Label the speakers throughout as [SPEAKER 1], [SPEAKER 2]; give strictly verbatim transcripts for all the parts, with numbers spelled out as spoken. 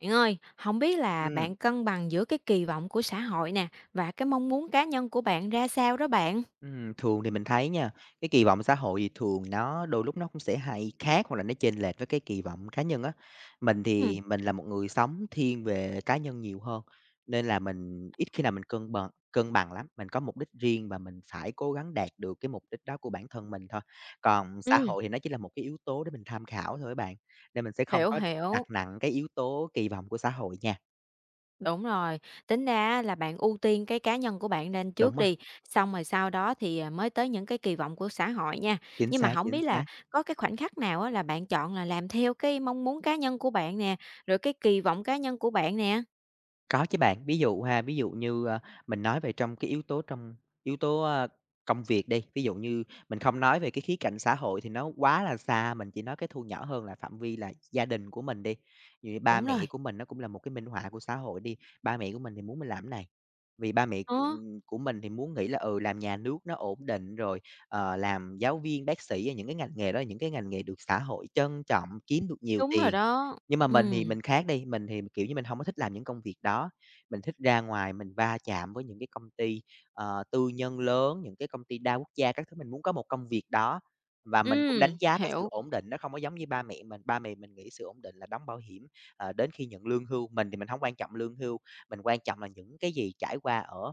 [SPEAKER 1] Bạn ơi, hổng biết là
[SPEAKER 2] Ừm,
[SPEAKER 1] bạn cân bằng giữa cái kỳ vọng của xã hội nè và cái mong muốn cá nhân của bạn ra sao đó bạn?
[SPEAKER 2] ừm, thường thì mình thấy nha, cái kỳ vọng xã hội thì thường nó đôi lúc nó cũng sẽ hay khác hoặc là nó chênh lệch với cái kỳ vọng cá nhân á. Mình
[SPEAKER 1] Ừm,
[SPEAKER 2] thì mình là một người sống thiên về cá nhân nhiều hơn, nên là mình ít khi nào mình cân bằng cân bằng lắm, mình có mục đích riêng và mình phải cố gắng đạt được cái mục đích đó của bản thân mình thôi. Còn xã
[SPEAKER 1] ừm,
[SPEAKER 2] hội thì nó chỉ là một cái yếu tố để mình tham khảo thôi bạn, nên mình sẽ không
[SPEAKER 1] hiểu,
[SPEAKER 2] có
[SPEAKER 1] hiểu,
[SPEAKER 2] đặt nặng cái yếu tố kỳ vọng của xã hội nha.
[SPEAKER 1] đúng rồi. Tính ra là bạn ưu tiên cái cá nhân của bạn lên trước
[SPEAKER 2] Đúng rồi,
[SPEAKER 1] đi, xong rồi sau đó thì, à, mới tới những cái kỳ vọng của xã hội nha.
[SPEAKER 2] chính
[SPEAKER 1] Nhưng mà
[SPEAKER 2] xác,
[SPEAKER 1] không
[SPEAKER 2] chính
[SPEAKER 1] biết là
[SPEAKER 2] xác.
[SPEAKER 1] có cái khoảnh khắc nào á là bạn chọn là làm theo cái mong muốn cá nhân của bạn nè, rồi cái kỳ vọng cá nhân của bạn nè?
[SPEAKER 2] Có chứ bạn, ví dụ ha, ví dụ như, a, mình nói về trong cái yếu tố trong yếu tố, a, công việc đi, ví dụ như mình không nói về cái khía cạnh xã hội thì nó quá là xa, mình chỉ nói cái thu nhỏ hơn là phạm vi là gia đình của mình đi. Ví dụ như ba
[SPEAKER 1] Đúng rồi,
[SPEAKER 2] mẹ của mình nó cũng là một cái minh họa của xã hội đi, ba mẹ của mình thì muốn mình làm cái này, vì ba mẹ,
[SPEAKER 1] ờ,
[SPEAKER 2] ừm, của mình thì muốn nghĩ là, ừ, làm nhà nước nó ổn định rồi, ờ, làm giáo viên, bác sĩ, những cái ngành nghề đó là những cái ngành nghề được xã hội trân trọng, kiếm được nhiều
[SPEAKER 1] đúng rồi
[SPEAKER 2] tiền.
[SPEAKER 1] đó.
[SPEAKER 2] Nhưng mà mình
[SPEAKER 1] Ừm,
[SPEAKER 2] thì mình khác đi, mình thì, kiểu như, mình hông có thích làm những công việc đó, mình thích ra ngoài mình va chạm với những cái công ty, ờ, tư nhân lớn, những cái công ty đa quốc gia các thứ, mình muốn có một công việc đó. Và mình cũng đánh
[SPEAKER 1] ừm,
[SPEAKER 2] giá cái sự
[SPEAKER 1] hiểu,
[SPEAKER 2] ổn định, nó không có giống như ba mẹ mình, ba mẹ mình nghĩ sự ổn định là đóng bảo hiểm, ờ, đến khi nhận lương hưu, mình thì mình hổng quan trọng lương hưu, mình quan trọng là những cái gì trải qua ở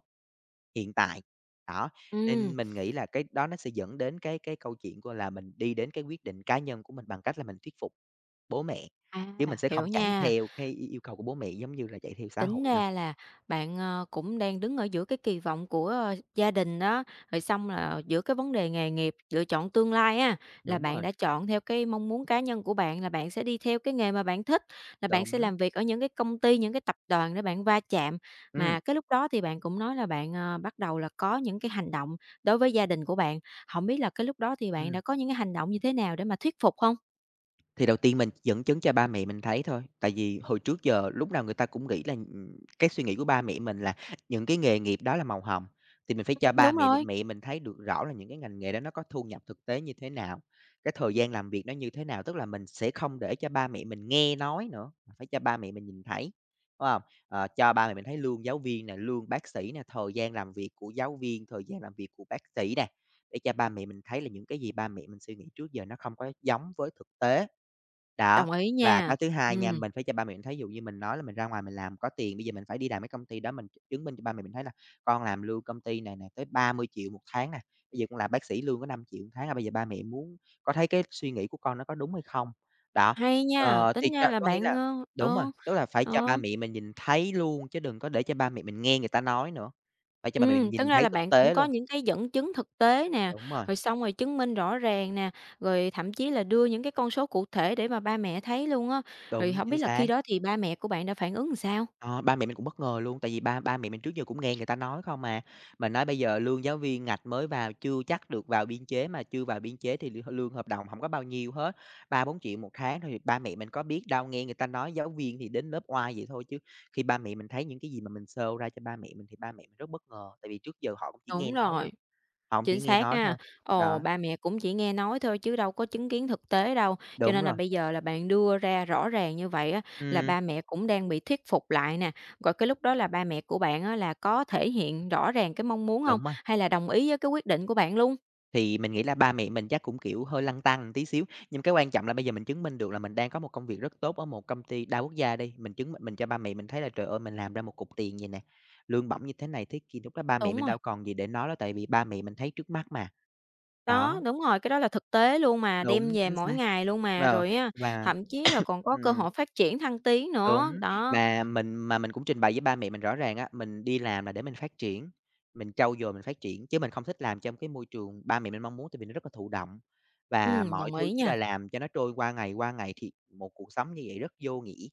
[SPEAKER 2] hiện tại. Đó,
[SPEAKER 1] ừm,
[SPEAKER 2] nên mình nghĩ là cái đó nó sẽ dẫn đến cái cái câu chuyện của là mình đi đến cái quyết định cá nhân của mình bằng cách là mình thuyết phục bố mẹ,
[SPEAKER 1] à,
[SPEAKER 2] chứ mình sẽ không
[SPEAKER 1] hiểu
[SPEAKER 2] chạy
[SPEAKER 1] nha.
[SPEAKER 2] theo cái yêu yêu cầu của bố mẹ giống như là chạy theo xã
[SPEAKER 1] Tính
[SPEAKER 2] hội đâu.
[SPEAKER 1] ra là bạn, ờ, cũng đang đứng ở giữa cái kỳ vọng của, ơ, gia đình đó, rồi xong là giữa cái vấn đề nghề nghiệp, lựa chọn tương lai á, là
[SPEAKER 2] Đúng
[SPEAKER 1] bạn
[SPEAKER 2] rồi,
[SPEAKER 1] đã chọn theo cái mong muốn cá nhân của bạn là bạn sẽ đi theo cái nghề mà bạn thích, là bạn sẽ
[SPEAKER 2] đúng,
[SPEAKER 1] làm việc ở những cái công ty, những cái tập đoàn để bạn va chạm.
[SPEAKER 2] ừm,
[SPEAKER 1] Mà cái lúc đó thì bạn cũng nói là bạn, ờ, bắt đầu là có những cái hành động đối với gia đình của bạn, không biết là cái lúc đó thì bạn đã
[SPEAKER 2] ừm.
[SPEAKER 1] có những cái hành động như thế nào để mà thuyết phục không?
[SPEAKER 2] Thì đầu tiên mình dẫn chứng cho ba mẹ mình thấy thôi, tại vì hồi trước giờ lúc nào người ta cũng nghĩ là, ừm, cái suy nghĩ của ba mẹ mình là những cái nghề nghiệp đó là màu hồng, thì mình phải cho ba
[SPEAKER 1] Đúng
[SPEAKER 2] mẹ
[SPEAKER 1] rồi.
[SPEAKER 2] mẹ mình thấy được rõ là những cái ngành nghề đó nó có thu nhập thực tế như thế nào, cái thời gian làm việc nó như thế nào. Tức là mình sẽ không để cho ba mẹ mình nghe nói nữa, mà phải cho ba mẹ mình nhìn thấy, phải không? Ờ, cho ba mẹ mình thấy lương giáo viên nè, lương bác sĩ nè, thời gian làm việc của giáo viên, thời gian làm việc của bác sĩ nè, để cho ba mẹ mình thấy là những cái gì ba mẹ mình suy nghĩ trước giờ nó không có giống với thực tế. Đó,
[SPEAKER 1] Đồng ý
[SPEAKER 2] và
[SPEAKER 1] nha.
[SPEAKER 2] cái thứ
[SPEAKER 1] Ừ.
[SPEAKER 2] hai nha, mình phải cho ba mẹ mình thấy, ví dụ như mình nói là mình ra ngoài mình làm có tiền, bây giờ mình phải đi làm cái công ty đó, mình chứng minh cho ba mẹ mình thấy là "Con làm lương công ty này nè, tới ba mươi triệu một tháng nè, bây giờ con làm bác sĩ lương có năm triệu một tháng à, bây giờ ba mẹ muốn có thấy cái suy nghĩ của con nó có đúng hay không?" Đó,
[SPEAKER 1] Hay nha,
[SPEAKER 2] ờ, thì
[SPEAKER 1] tính ra
[SPEAKER 2] cho
[SPEAKER 1] là
[SPEAKER 2] có nghĩa
[SPEAKER 1] bạn,
[SPEAKER 2] là
[SPEAKER 1] ơ,
[SPEAKER 2] đúng rồi,
[SPEAKER 1] ờ,
[SPEAKER 2] tức là phải cho
[SPEAKER 1] ờ,
[SPEAKER 2] ba mẹ mình nhìn thấy luôn, chứ đừng có để cho ba mẹ mình nghe người ta nói nữa, phải cho ba mẹ mình
[SPEAKER 1] ừm, tính
[SPEAKER 2] nhìn
[SPEAKER 1] ra
[SPEAKER 2] thấy
[SPEAKER 1] là
[SPEAKER 2] thực
[SPEAKER 1] bạn cũng
[SPEAKER 2] tế
[SPEAKER 1] có
[SPEAKER 2] luôn.
[SPEAKER 1] những cái dẫn chứng thực tế nè,
[SPEAKER 2] Đúng rồi,
[SPEAKER 1] rồi xong rồi chứng minh rõ ràng nè, rồi thậm chí là đưa những cái con số cụ thể để mà ba mẹ thấy luôn á. Rồi
[SPEAKER 2] đúng,
[SPEAKER 1] không biết
[SPEAKER 2] chính
[SPEAKER 1] là
[SPEAKER 2] xác.
[SPEAKER 1] khi đó thì ba mẹ của bạn đã phản ứng làm sao?
[SPEAKER 2] Ờ, ba mẹ mình cũng bất ngờ luôn, tại vì ba ba mẹ mình trước giờ cũng nghe người ta nói không mà. Mà nói bây giờ lương giáo viên ngạch mới vào chưa chắc được vào biên chế, mà chưa vào biên chế thì l lương hợp đồng không có bao nhiêu hết, ba bốn triệu một tháng thôi, thì ba mẹ mình có biết đâu, nghe người ta nói giáo viên thì đến lớp oai vậy thôi, chứ khi ba mẹ mình thấy những cái gì mà mình show ra cho ba mẹ mình thì ba mẹ mình rất bất ngờ, tại vì trước giờ họ cũng chỉ nghe
[SPEAKER 1] Đúng
[SPEAKER 2] nói thôi,
[SPEAKER 1] rồi.
[SPEAKER 2] họ cũng chỉ
[SPEAKER 1] Chính
[SPEAKER 2] nghe
[SPEAKER 1] xác
[SPEAKER 2] nói
[SPEAKER 1] ha.
[SPEAKER 2] thôi. Đó,
[SPEAKER 1] Ồ, ba mẹ cũng chỉ nghe nói thôi chứ đâu có chứng kiến thực tế đâu. Cho
[SPEAKER 2] đúng
[SPEAKER 1] nên là
[SPEAKER 2] rồi,
[SPEAKER 1] bây giờ là bạn đưa ra rõ ràng như vậy á, là
[SPEAKER 2] ừm,
[SPEAKER 1] ba mẹ cũng đang bị thuyết phục lại nè. Rồi cái lúc đó là ba mẹ của bạn á, là có thể hiện rõ ràng cái mong muốn không,
[SPEAKER 2] đúng rồi.
[SPEAKER 1] hay là đồng ý với cái quyết định của bạn luôn?
[SPEAKER 2] Thì mình nghĩ là ba mẹ mình chắc cũng, kiểu, hơi lăn tăn tí xíu, nhưng cái quan trọng là bây giờ mình chứng minh được là mình đang có một công việc rất tốt ở một công ty đa quốc gia đi, mình chứng minh mình cho ba mẹ mình thấy là "Trời ơi, mình làm ra một cục tiền vầy nè, lương bổng như thế này thế kia." Lúc đó ba mẹ
[SPEAKER 1] Đúng
[SPEAKER 2] mình
[SPEAKER 1] rồi.
[SPEAKER 2] đâu còn gì để nói nữa, tại vì ba mẹ mình thấy trước mắt mà.
[SPEAKER 1] Đó,
[SPEAKER 2] Đó,
[SPEAKER 1] đúng rồi, cái đó là thực tế luôn mà, đem
[SPEAKER 2] đúng,
[SPEAKER 1] về
[SPEAKER 2] chính
[SPEAKER 1] mỗi
[SPEAKER 2] xác.
[SPEAKER 1] ngày luôn mà,
[SPEAKER 2] Ờ,
[SPEAKER 1] rồi á,
[SPEAKER 2] và
[SPEAKER 1] thậm chí là còn có cơ
[SPEAKER 2] ừm.
[SPEAKER 1] hội phát triển thăng tiến nữa.
[SPEAKER 2] Đúng,
[SPEAKER 1] Đó,
[SPEAKER 2] mà mình mà mình cũng trình bày với ba mẹ mình rõ ràng á, mình đi làm là để mình phát triển, mình trau dồi mình phát triển, chứ mình không thích làm trong cái môi trường ba mẹ mình mong muốn, tại vì nó rất là thụ động và
[SPEAKER 1] ừm,
[SPEAKER 2] mọi
[SPEAKER 1] đồng
[SPEAKER 2] thứ
[SPEAKER 1] ý
[SPEAKER 2] chỉ
[SPEAKER 1] nha.
[SPEAKER 2] là làm cho nó trôi qua ngày qua ngày, thì một cuộc sống như vậy rất vô nghĩa.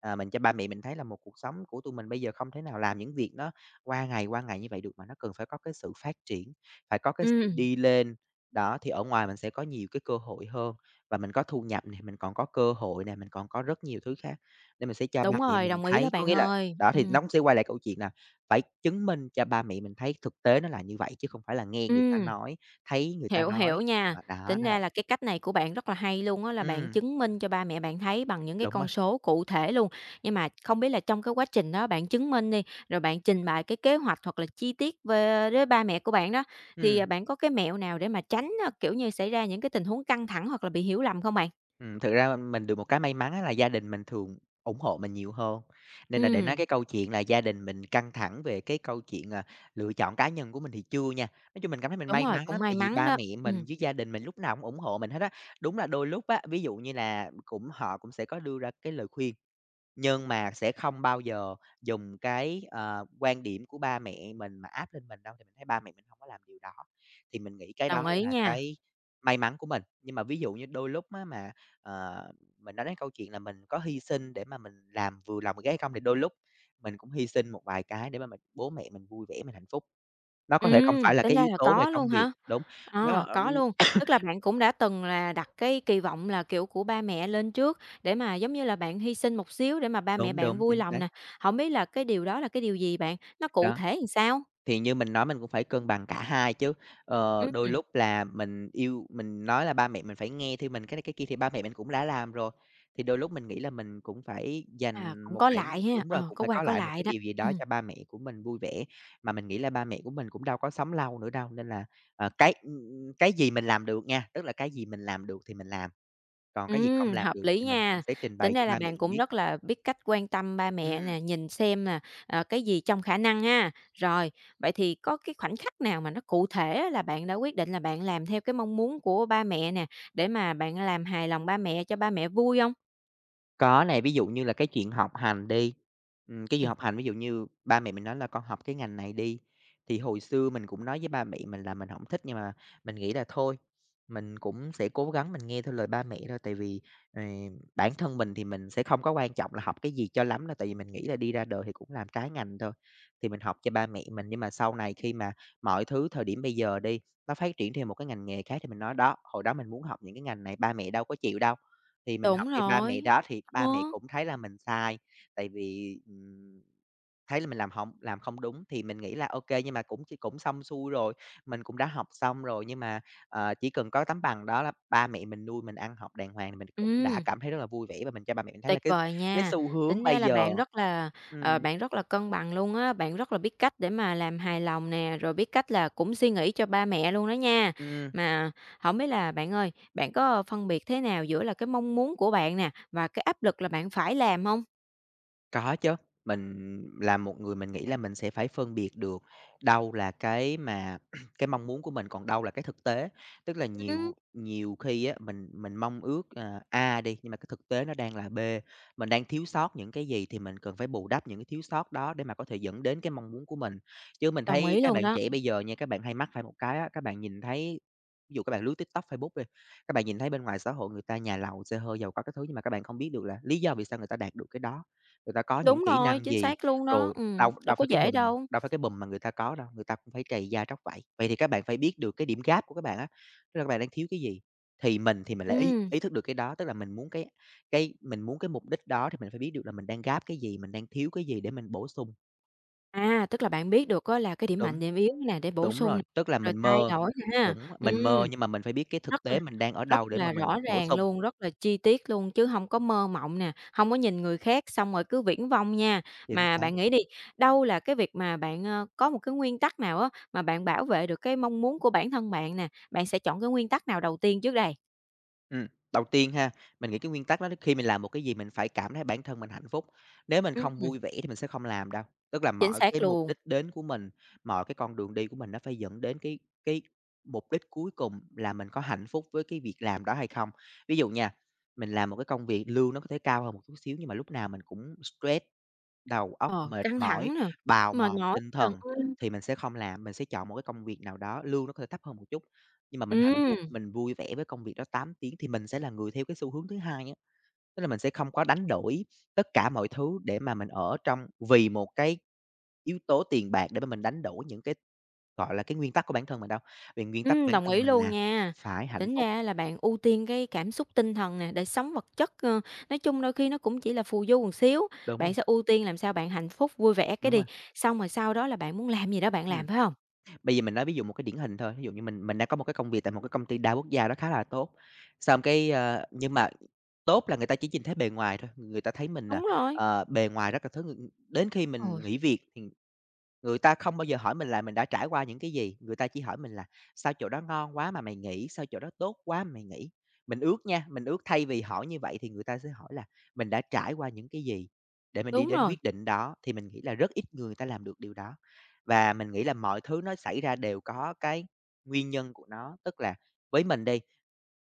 [SPEAKER 2] À, mình cho ba mẹ mình thấy là một cuộc sống của tụi mình bây giờ không thể nào làm những việc nó qua ngày, qua ngày như vậy được, mà nó cần phải có cái sự phát triển, phải có cái sự
[SPEAKER 1] Ừm,
[SPEAKER 2] đi lên. Đó, thì ở ngoài mình sẽ có nhiều cái cơ hội hơn và mình có thu nhập này mình còn có cơ hội này mình còn có rất nhiều thứ khác, nên mình sẽ cho ba
[SPEAKER 1] đúng
[SPEAKER 2] mẹ
[SPEAKER 1] rồi,
[SPEAKER 2] mình
[SPEAKER 1] đồng ý đó
[SPEAKER 2] thấy. Có
[SPEAKER 1] bạn
[SPEAKER 2] nghĩa là
[SPEAKER 1] ơi.
[SPEAKER 2] đó, thì
[SPEAKER 1] Ừm,
[SPEAKER 2] nó cũng sẽ quay lại câu chuyện là phải chứng minh cho ba mẹ mình thấy thực tế nó là như vậy, chứ không phải là nghe người ta
[SPEAKER 1] ừm.
[SPEAKER 2] nói, thấy người ta
[SPEAKER 1] Hiểu, hiểu
[SPEAKER 2] nói.
[SPEAKER 1] nha.
[SPEAKER 2] Ờ, đó,
[SPEAKER 1] Tính
[SPEAKER 2] nó là
[SPEAKER 1] ra là
[SPEAKER 2] vậy.
[SPEAKER 1] cái cách này của bạn rất là hay luôn á, là bạn
[SPEAKER 2] Ừm,
[SPEAKER 1] chứng minh cho ba mẹ bạn thấy bằng những cái
[SPEAKER 2] đúng
[SPEAKER 1] con
[SPEAKER 2] rồi,
[SPEAKER 1] số cụ thể luôn. Nhưng mà không biết là trong cái quá trình đó bạn chứng minh đi, rồi bạn trình bày cái kế hoạch hoặc là chi tiết về với ba mẹ của bạn đó, thì, à,
[SPEAKER 2] ừm.
[SPEAKER 1] bạn có cái mẹo nào để mà tránh, a, kiểu như, xảy ra những cái tình huống căng thẳng hoặc là bị hiểu lầm không bạn?
[SPEAKER 2] Ừm, thực ra mình được một cái may mắn á là gia đình mình thường ủng hộ mình nhiều hơn, nên là để nói
[SPEAKER 1] Ừ,
[SPEAKER 2] cái câu chuyện là gia đình mình căng thẳng về cái câu chuyện, à, lựa chọn cá nhân của mình thì chưa nha. Nói chung mình cảm thấy mình
[SPEAKER 1] đúng
[SPEAKER 2] may
[SPEAKER 1] rồi,
[SPEAKER 2] mắn
[SPEAKER 1] cũng
[SPEAKER 2] lắm,
[SPEAKER 1] may
[SPEAKER 2] tại vì
[SPEAKER 1] mắn
[SPEAKER 2] ba
[SPEAKER 1] đó.
[SPEAKER 2] mẹ mình
[SPEAKER 1] Ừm,
[SPEAKER 2] với gia đình mình lúc nào cũng ủng hộ mình hết á. Đúng là đôi lúc á, ví dụ như là cũng họ cũng sẽ có đưa ra cái lời khuyên, nhưng mà sẽ không bao giờ dùng cái, ờ, quan điểm của ba mẹ mình mà áp lên mình đâu, thì mình thấy ba mẹ mình không có làm điều đó. Thì mình nghĩ cái
[SPEAKER 1] đồng
[SPEAKER 2] đó
[SPEAKER 1] ý
[SPEAKER 2] là
[SPEAKER 1] nha.
[SPEAKER 2] cái may mắn của mình. Nhưng mà ví dụ như đôi lúc á mà, ờ, mình nói đến câu chuyện là mình có hy sinh để mà mình làm vừa lòng người khác hay không, thì đôi lúc mình cũng hy sinh một vài cái để mà mình bố mẹ mình vui vẻ, mình hạnh phúc. Nó
[SPEAKER 1] Ừ,
[SPEAKER 2] có thể không phải là
[SPEAKER 1] tính
[SPEAKER 2] cái
[SPEAKER 1] ra
[SPEAKER 2] yếu
[SPEAKER 1] là
[SPEAKER 2] tố về
[SPEAKER 1] có luôn
[SPEAKER 2] công việc
[SPEAKER 1] hả?
[SPEAKER 2] đúng,
[SPEAKER 1] À,
[SPEAKER 2] nó,
[SPEAKER 1] có luôn. Tức là bạn cũng đã từng là đặt cái kỳ vọng là, kiểu, của ba mẹ lên trước để mà, giống như là, bạn hy sinh một xíu để mà ba mẹ
[SPEAKER 2] đúng,
[SPEAKER 1] bạn
[SPEAKER 2] đúng,
[SPEAKER 1] vui
[SPEAKER 2] chính
[SPEAKER 1] lòng
[SPEAKER 2] xác.
[SPEAKER 1] nè. Không biết là cái điều đó là cái điều gì bạn? Nó cụ
[SPEAKER 2] Đó.
[SPEAKER 1] thể làm sao?
[SPEAKER 2] Thì như mình nói mình cũng phải cân bằng cả hai chứ, ờ,
[SPEAKER 1] Ừm,
[SPEAKER 2] đôi lúc là mình yêu mình nói là ba mẹ mình phải nghe theo mình cái này cái kia thì ba mẹ mình cũng đã làm rồi, thì đôi lúc mình nghĩ là mình cũng phải
[SPEAKER 1] à,
[SPEAKER 2] dành
[SPEAKER 1] cũng
[SPEAKER 2] một
[SPEAKER 1] có
[SPEAKER 2] khoảng
[SPEAKER 1] lại ha,
[SPEAKER 2] đúng rồi,
[SPEAKER 1] ờ,
[SPEAKER 2] cũng
[SPEAKER 1] có
[SPEAKER 2] phải
[SPEAKER 1] qua
[SPEAKER 2] có
[SPEAKER 1] có
[SPEAKER 2] lại một
[SPEAKER 1] lại
[SPEAKER 2] cái
[SPEAKER 1] đó.
[SPEAKER 2] điều gì đó
[SPEAKER 1] Ừm.
[SPEAKER 2] cho ba mẹ của mình vui vẻ. Mà mình nghĩ là ba mẹ của mình cũng đâu có sống lâu nữa đâu, nên là, ờ, cái, cái gì mình làm được nha, tức là cái gì mình làm được thì mình làm, còn cái gì không
[SPEAKER 1] Ừm,
[SPEAKER 2] làm
[SPEAKER 1] hợp
[SPEAKER 2] được
[SPEAKER 1] lý
[SPEAKER 2] thì mình cũng
[SPEAKER 1] nha.
[SPEAKER 2] sẽ trình bày
[SPEAKER 1] Tính
[SPEAKER 2] cho
[SPEAKER 1] ra là
[SPEAKER 2] ba mẹ
[SPEAKER 1] bạn
[SPEAKER 2] mình
[SPEAKER 1] cũng
[SPEAKER 2] biết.
[SPEAKER 1] rất là biết cách quan tâm ba mẹ
[SPEAKER 2] Ừm.
[SPEAKER 1] nè, nhìn xem là, ờ, cái gì trong khả năng ha. Rồi, vậy thì có cái khoảnh khắc nào mà nó cụ thể á là bạn đã quyết định là bạn làm theo cái mong muốn của ba mẹ nè, để mà bạn làm hài lòng ba mẹ, cho ba mẹ vui không?
[SPEAKER 2] Có này, ví dụ như là cái chuyện học hành đi, ừm, cái việc
[SPEAKER 1] Ừm.
[SPEAKER 2] học hành ví dụ như ba mẹ mình nói là "Con học cái ngành này đi." Thì hồi xưa mình cũng nói với ba mẹ mình là mình hổng thích, nhưng mà mình nghĩ là thôi, mình cũng sẽ cố gắng mình nghe theo lời ba mẹ thôi, tại vì, ờ, bản thân mình thì mình sẽ không có quan trọng là học cái gì cho lắm đâu, tại vì mình nghĩ là đi ra đời thì cũng làm trái ngành thôi, thì mình học cho ba mẹ mình. Nhưng mà sau này khi mà mọi thứ thời điểm bây giờ đi, nó phát triển thêm một cái ngành nghề khác thì mình nói: "Đó, hồi đó mình muốn học những cái ngành này ba mẹ đâu có chịu đâu." Thì mình học
[SPEAKER 1] Đúng
[SPEAKER 2] theo ba mẹ
[SPEAKER 1] rồi.
[SPEAKER 2] đó thì
[SPEAKER 1] Ờ.
[SPEAKER 2] ba mẹ cũng thấy là mình sai, tại vì, ừm, thấy là mình làm hông làm không đúng thì mình nghĩ là ô kê, nhưng mà cũng ch cũng xong xuôi rồi, mình cũng đã học xong rồi, nhưng mà, ờ, chỉ cần có tấm bằng đó là ba mẹ mình nuôi mình ăn học đàng hoàng thì mình cũng đã
[SPEAKER 1] Ừm.
[SPEAKER 2] cảm thấy rất là vui vẻ và mình cho ba mẹ mình thấy là
[SPEAKER 1] Tuyệt
[SPEAKER 2] cái
[SPEAKER 1] vời
[SPEAKER 2] cái
[SPEAKER 1] nha.
[SPEAKER 2] xu hướng
[SPEAKER 1] Tính ra
[SPEAKER 2] bây
[SPEAKER 1] là
[SPEAKER 2] giờ
[SPEAKER 1] bạn rất là, ờ,
[SPEAKER 2] ừm,
[SPEAKER 1] bạn rất là cân bằng luôn á, bạn rất là biết cách để mà làm hài lòng nè, rồi biết cách là cũng suy nghĩ cho ba mẹ luôn đó nha.
[SPEAKER 2] ừm.
[SPEAKER 1] Mà không biết là bạn ơi, bạn có phân biệt thế nào giữa là cái mong muốn của bạn nè, và cái áp lực là bạn phải làm không?
[SPEAKER 2] Có chứ, mình là một người mình nghĩ là mình sẽ phải phân biệt được đâu là cái mà cái mong muốn của mình, còn đâu là cái thực tế. Tức là
[SPEAKER 1] Ừm,
[SPEAKER 2] nhiều nhiều khi á, mình mình mong ước, à, A đi, nhưng mà cái thực tế nó đang là B, mình đang thiếu sót những cái gì thì mình cần phải bù đắp những cái thiếu sót đó để mà có thể dẫn đến cái mong muốn của mình. Chứ mình
[SPEAKER 1] đồng
[SPEAKER 2] thấy
[SPEAKER 1] ý
[SPEAKER 2] các
[SPEAKER 1] luôn
[SPEAKER 2] bạn
[SPEAKER 1] đó.
[SPEAKER 2] trẻ bây giờ nha, các bạn hay mắc phải một cái á, các bạn nhìn thấy ví dụ các bạn lướt TikTok, Facebook đi, các bạn nhìn thấy bên ngoài xã hội người ta nhà lầu, xe hơi, giàu có các thứ nhưng mà các bạn không biết được là lý do vì sao người ta đạt được cái đó người ta có những
[SPEAKER 1] Đúng
[SPEAKER 2] kỹ
[SPEAKER 1] rồi,
[SPEAKER 2] năng
[SPEAKER 1] chính
[SPEAKER 2] gì,
[SPEAKER 1] xác luôn đó.
[SPEAKER 2] rồi
[SPEAKER 1] Ừm,
[SPEAKER 2] đâu
[SPEAKER 1] đâu
[SPEAKER 2] đâu
[SPEAKER 1] có
[SPEAKER 2] phải cái
[SPEAKER 1] dễ
[SPEAKER 2] bùm
[SPEAKER 1] đâu.
[SPEAKER 2] đâu phải cái bùm mà người ta có đâu, người ta cũng phải trầy da tróc vảy. Vậy thì các bạn phải biết được cái điểm gap của các bạn á, tức là các bạn đang thiếu cái gì? Thì mình thì mình lại ý
[SPEAKER 1] Ừm,
[SPEAKER 2] ý thức được cái đó, tức là mình muốn cái cái mình muốn cái mục đích đó thì mình phải biết được là mình đang gap cái gì, mình đang thiếu cái gì để mình bổ sung.
[SPEAKER 1] à, tức là bạn biết được á là cái điểm
[SPEAKER 2] Đúng,
[SPEAKER 1] mạnh, điểm yếu nè để bổ
[SPEAKER 2] đúng
[SPEAKER 1] sung nè,
[SPEAKER 2] rồi, tức là
[SPEAKER 1] rồi
[SPEAKER 2] mình
[SPEAKER 1] thay
[SPEAKER 2] mơ
[SPEAKER 1] đổi nè ha.
[SPEAKER 2] đúng, mình
[SPEAKER 1] Ừm.
[SPEAKER 2] mơ nhưng mà mình phải biết cái
[SPEAKER 1] Rất
[SPEAKER 2] thực
[SPEAKER 1] là
[SPEAKER 2] tế mình đang ở
[SPEAKER 1] rất
[SPEAKER 2] đâu để mà
[SPEAKER 1] là
[SPEAKER 2] mình
[SPEAKER 1] rõ
[SPEAKER 2] bổ
[SPEAKER 1] ràng
[SPEAKER 2] sung,
[SPEAKER 1] luôn, rất là chi tiết luôn chứ hông có mơ mộng nè, hông có nhìn người khác xong rồi cứ viển vông nha.
[SPEAKER 2] chính
[SPEAKER 1] Mà
[SPEAKER 2] xác.
[SPEAKER 1] bạn nghĩ đi, đâu là cái việc mà bạn, ờ, có một cái nguyên tắc nào á, mà bạn bảo vệ được cái mong muốn của bản thân bạn nè, bạn sẽ chọn cái nguyên tắc nào đầu tiên trước đây?
[SPEAKER 2] Ừm, đầu tiên ha, mình nghĩ cái nguyên tắc đó khi mình làm một cái gì mình phải cảm thấy bản thân mình hạnh phúc, nếu mình không
[SPEAKER 1] Ừm,
[SPEAKER 2] vui vẻ thì mình sẽ không làm đâu. Tức là
[SPEAKER 1] chính
[SPEAKER 2] mọi
[SPEAKER 1] xác
[SPEAKER 2] cái mục
[SPEAKER 1] luôn.
[SPEAKER 2] đích đến của mình, mọi cái con đường đi của mình nó phải dẫn đến cái cái mục đích cuối cùng là mình có hạnh phúc với cái việc làm đó hay không. Ví dụ nha, mình làm một cái công việc lương nó có thể cao hơn một chút xíu nhưng mà lúc nào mình cũng stress, đầu óc
[SPEAKER 1] Ờ,
[SPEAKER 2] mệt
[SPEAKER 1] căng
[SPEAKER 2] mỏi,
[SPEAKER 1] thẳng nè,
[SPEAKER 2] bào
[SPEAKER 1] mệt
[SPEAKER 2] mòn
[SPEAKER 1] mỏi
[SPEAKER 2] tinh
[SPEAKER 1] nè,
[SPEAKER 2] thần thì mình sẽ không làm, mình sẽ chọn một cái công việc nào đó, lương nó có thể thấp hơn một chút, nhưng mà mình
[SPEAKER 1] ừm,
[SPEAKER 2] hạnh
[SPEAKER 1] ừm.
[SPEAKER 2] phúc, mình vui vẻ với công việc đó tám tiếng thì mình sẽ là người theo cái xu hướng thứ hai á. Tức là mình sẽ không có đánh đổi tất cả mọi thứ để mà mình ở trong vì một cái yếu tố tiền bạc để mà mình đánh đổi những cái, gọi là, cái nguyên tắc của bản thân mình đâu, vì nguyên tắc của
[SPEAKER 1] Ừm,
[SPEAKER 2] bản
[SPEAKER 1] đồng
[SPEAKER 2] thân
[SPEAKER 1] ý
[SPEAKER 2] mình
[SPEAKER 1] luôn
[SPEAKER 2] là
[SPEAKER 1] nha.
[SPEAKER 2] phải hạnh
[SPEAKER 1] Tính
[SPEAKER 2] phúc.
[SPEAKER 1] ra là bạn ưu tiên cái cảm xúc tinh thần nè, đời sống vật chất, ơ, nói chung đôi khi nó cũng chỉ là phù du một xíu,
[SPEAKER 2] Đúng
[SPEAKER 1] bạn
[SPEAKER 2] không?
[SPEAKER 1] sẽ ưu tiên làm sao bạn hạnh phúc, vui vẻ cái
[SPEAKER 2] Đúng
[SPEAKER 1] đi,
[SPEAKER 2] rồi,
[SPEAKER 1] xong rồi sau đó là bạn muốn làm gì đó bạn làm,
[SPEAKER 2] ừm.
[SPEAKER 1] phải không?
[SPEAKER 2] Bây giờ mình nói ví dụ một cái điển hình thôi, ví dụ như mình mình đang có một cái công việc tại một cái công ty đa quốc gia nó khá là tốt, xong cái, ờ nhưng mà tốt là người ta chỉ nhìn thấy bề ngoài thôi, người ta thấy mình, à,
[SPEAKER 1] Đúng rồi.
[SPEAKER 2] ờ, bề ngoài rất là thứ đến khi
[SPEAKER 1] Ôi.
[SPEAKER 2] mình nghỉ việc thì người ta không bao giờ hỏi mình là mình đã trải qua những cái gì, người ta chỉ hỏi mình là "Sao chỗ đó ngon quá mà mày nghỉ? Sao chỗ đó tốt quá mà mày nghỉ?" Mình ước nha, mình ước thay vì hỏi như vậy thì người ta sẽ hỏi là mình đã trải qua những cái gì để mình đi
[SPEAKER 1] Đúng
[SPEAKER 2] đến
[SPEAKER 1] rồi,
[SPEAKER 2] quyết định đó, thì mình nghĩ là rất ít người ta làm được điều đó. Và mình nghĩ là mọi thứ nó xảy ra đều có cái nguyên nhân của nó, tức là với mình đi,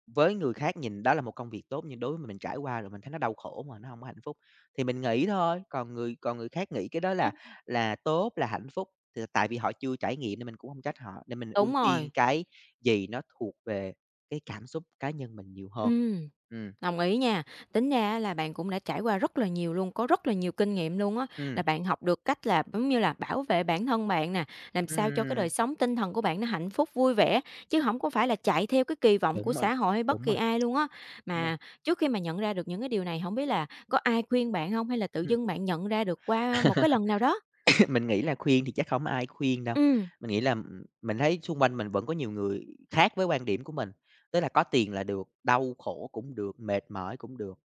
[SPEAKER 2] với người khác nhìn đó là một công việc tốt nhưng đối với mình mình trải qua rồi mình thấy nó đau khổ mà nó không có hạnh phúc, thì mình nghỉ thôi, còn người còn người khác nghĩ cái đó là
[SPEAKER 1] ừm,
[SPEAKER 2] là tốt, là hạnh phúc, thì tại vì họ chưa trải nghiệm nên mình cũng không trách họ, nên mình ưu
[SPEAKER 1] đúng
[SPEAKER 2] tiên
[SPEAKER 1] rồi,
[SPEAKER 2] cái gì nó thuộc về cái cảm xúc cá nhân mình nhiều hơn.
[SPEAKER 1] ừ.
[SPEAKER 2] Ừm,
[SPEAKER 1] Đồng ý nha. Tính ra á là bạn cũng đã trải qua rất là nhiều luôn, có rất là nhiều kinh nghiệm luôn á, là
[SPEAKER 2] ừm,
[SPEAKER 1] bạn học được cách là, giống như là, bảo vệ bản thân bạn nè, làm sao cho cái đời
[SPEAKER 2] ừm,
[SPEAKER 1] sống tinh thần của bạn nó hạnh phúc, vui vẻ, chứ không có phải là chạy theo cái kỳ vọng của
[SPEAKER 2] đúng rồi,
[SPEAKER 1] xã hội hay bất
[SPEAKER 2] đúng
[SPEAKER 1] kỳ
[SPEAKER 2] rồi,
[SPEAKER 1] ai luôn á.
[SPEAKER 2] đúng rồi,
[SPEAKER 1] Mà trước khi mà nhận ra được những cái điều này, không biết là có ai khuyên bạn không, hay là tự dưng bạn nhận ra được qua một
[SPEAKER 2] ừm.
[SPEAKER 1] cái lần nào đó?
[SPEAKER 2] Mình nghĩ là khuyên thì chắc không ai khuyên đâu.
[SPEAKER 1] Ừm,
[SPEAKER 2] Mình nghĩ là, ừm, mình thấy xung quanh mình vẫn có nhiều người khác với quan điểm của mình, tức là có tiền là được, đau khổ cũng được, mệt mỏi cũng được.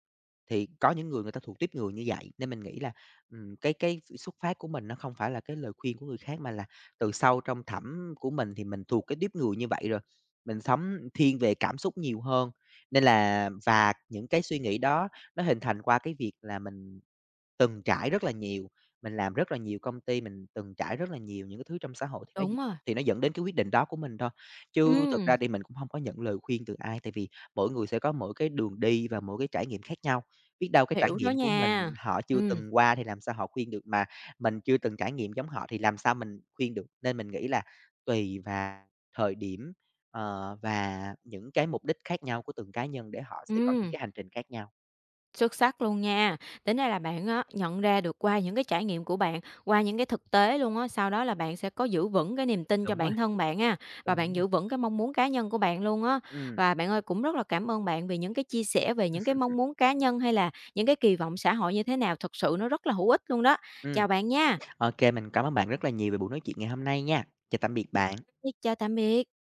[SPEAKER 2] Thì có những người người ta thuộc tiếp người như vậy, nên mình nghĩ là, ừm, cái cái s xuất phát của mình nó không phải là cái lời khuyên của người khác, mà là từ sâu trong thẳm của mình thì mình thuộc cái tiếp người như vậy rồi. Mình sống thiên về cảm xúc nhiều hơn, nên là và những cái suy nghĩ đó nó hình thành qua cái việc là mình từng trải rất là nhiều, mình làm rất là nhiều công ty, mình từng trải rất là nhiều những cái thứ trong xã hội thì nó d
[SPEAKER 1] đúng rồi.
[SPEAKER 2] thì nó dẫn đến cái quyết định đó của mình thôi. Chứ thực
[SPEAKER 1] Ừm,
[SPEAKER 2] ra thì mình cũng không có nhận lời khuyên từ ai, tại vì mỗi người sẽ có mỗi cái đường đi và mỗi cái trải nghiệm khác nhau. Biết đâu cái trải
[SPEAKER 1] hiểu đó
[SPEAKER 2] nghiệm của mình
[SPEAKER 1] nha.
[SPEAKER 2] họ chưa
[SPEAKER 1] Ừ.
[SPEAKER 2] từng qua thì làm sao họ khuyên được, mà mình chưa từng trải nghiệm giống họ thì làm sao mình khuyên được. Nên mình nghĩ là tùy vào thời điểm, ờ, và những cái mục đích khác nhau của từng cá nhân để họ sẽ có những
[SPEAKER 1] Ừ.
[SPEAKER 2] cái hành trình khác nhau.
[SPEAKER 1] Xuất sắc luôn nha. Tính ra là bạn á, nhận ra được qua những cái trải nghiệm của bạn, qua những cái thực tế luôn á, sau đó là bạn sẽ có giữ vững cái niềm tin cho
[SPEAKER 2] Đúng rồi,
[SPEAKER 1] bản thân bạn ha, và
[SPEAKER 2] đúng
[SPEAKER 1] bạn
[SPEAKER 2] rồi.
[SPEAKER 1] giữ vững cái mong muốn cá nhân của bạn luôn á.
[SPEAKER 2] Ừ,
[SPEAKER 1] Và bạn ơi, cũng rất là cảm ơn bạn vì những cái chia sẻ về những cái mong muốn cá nhân hay là những cái kỳ vọng xã hội như thế nào, thật sự nó rất là hữu ích luôn đó.
[SPEAKER 2] ừ.
[SPEAKER 1] Chào bạn nha.
[SPEAKER 2] ô kê, mình cảm ơn bạn rất là nhiều về buổi nói chuyện ngày hôm nay nha. Chào tạm biệt bạn.
[SPEAKER 1] Chào tạm biệt.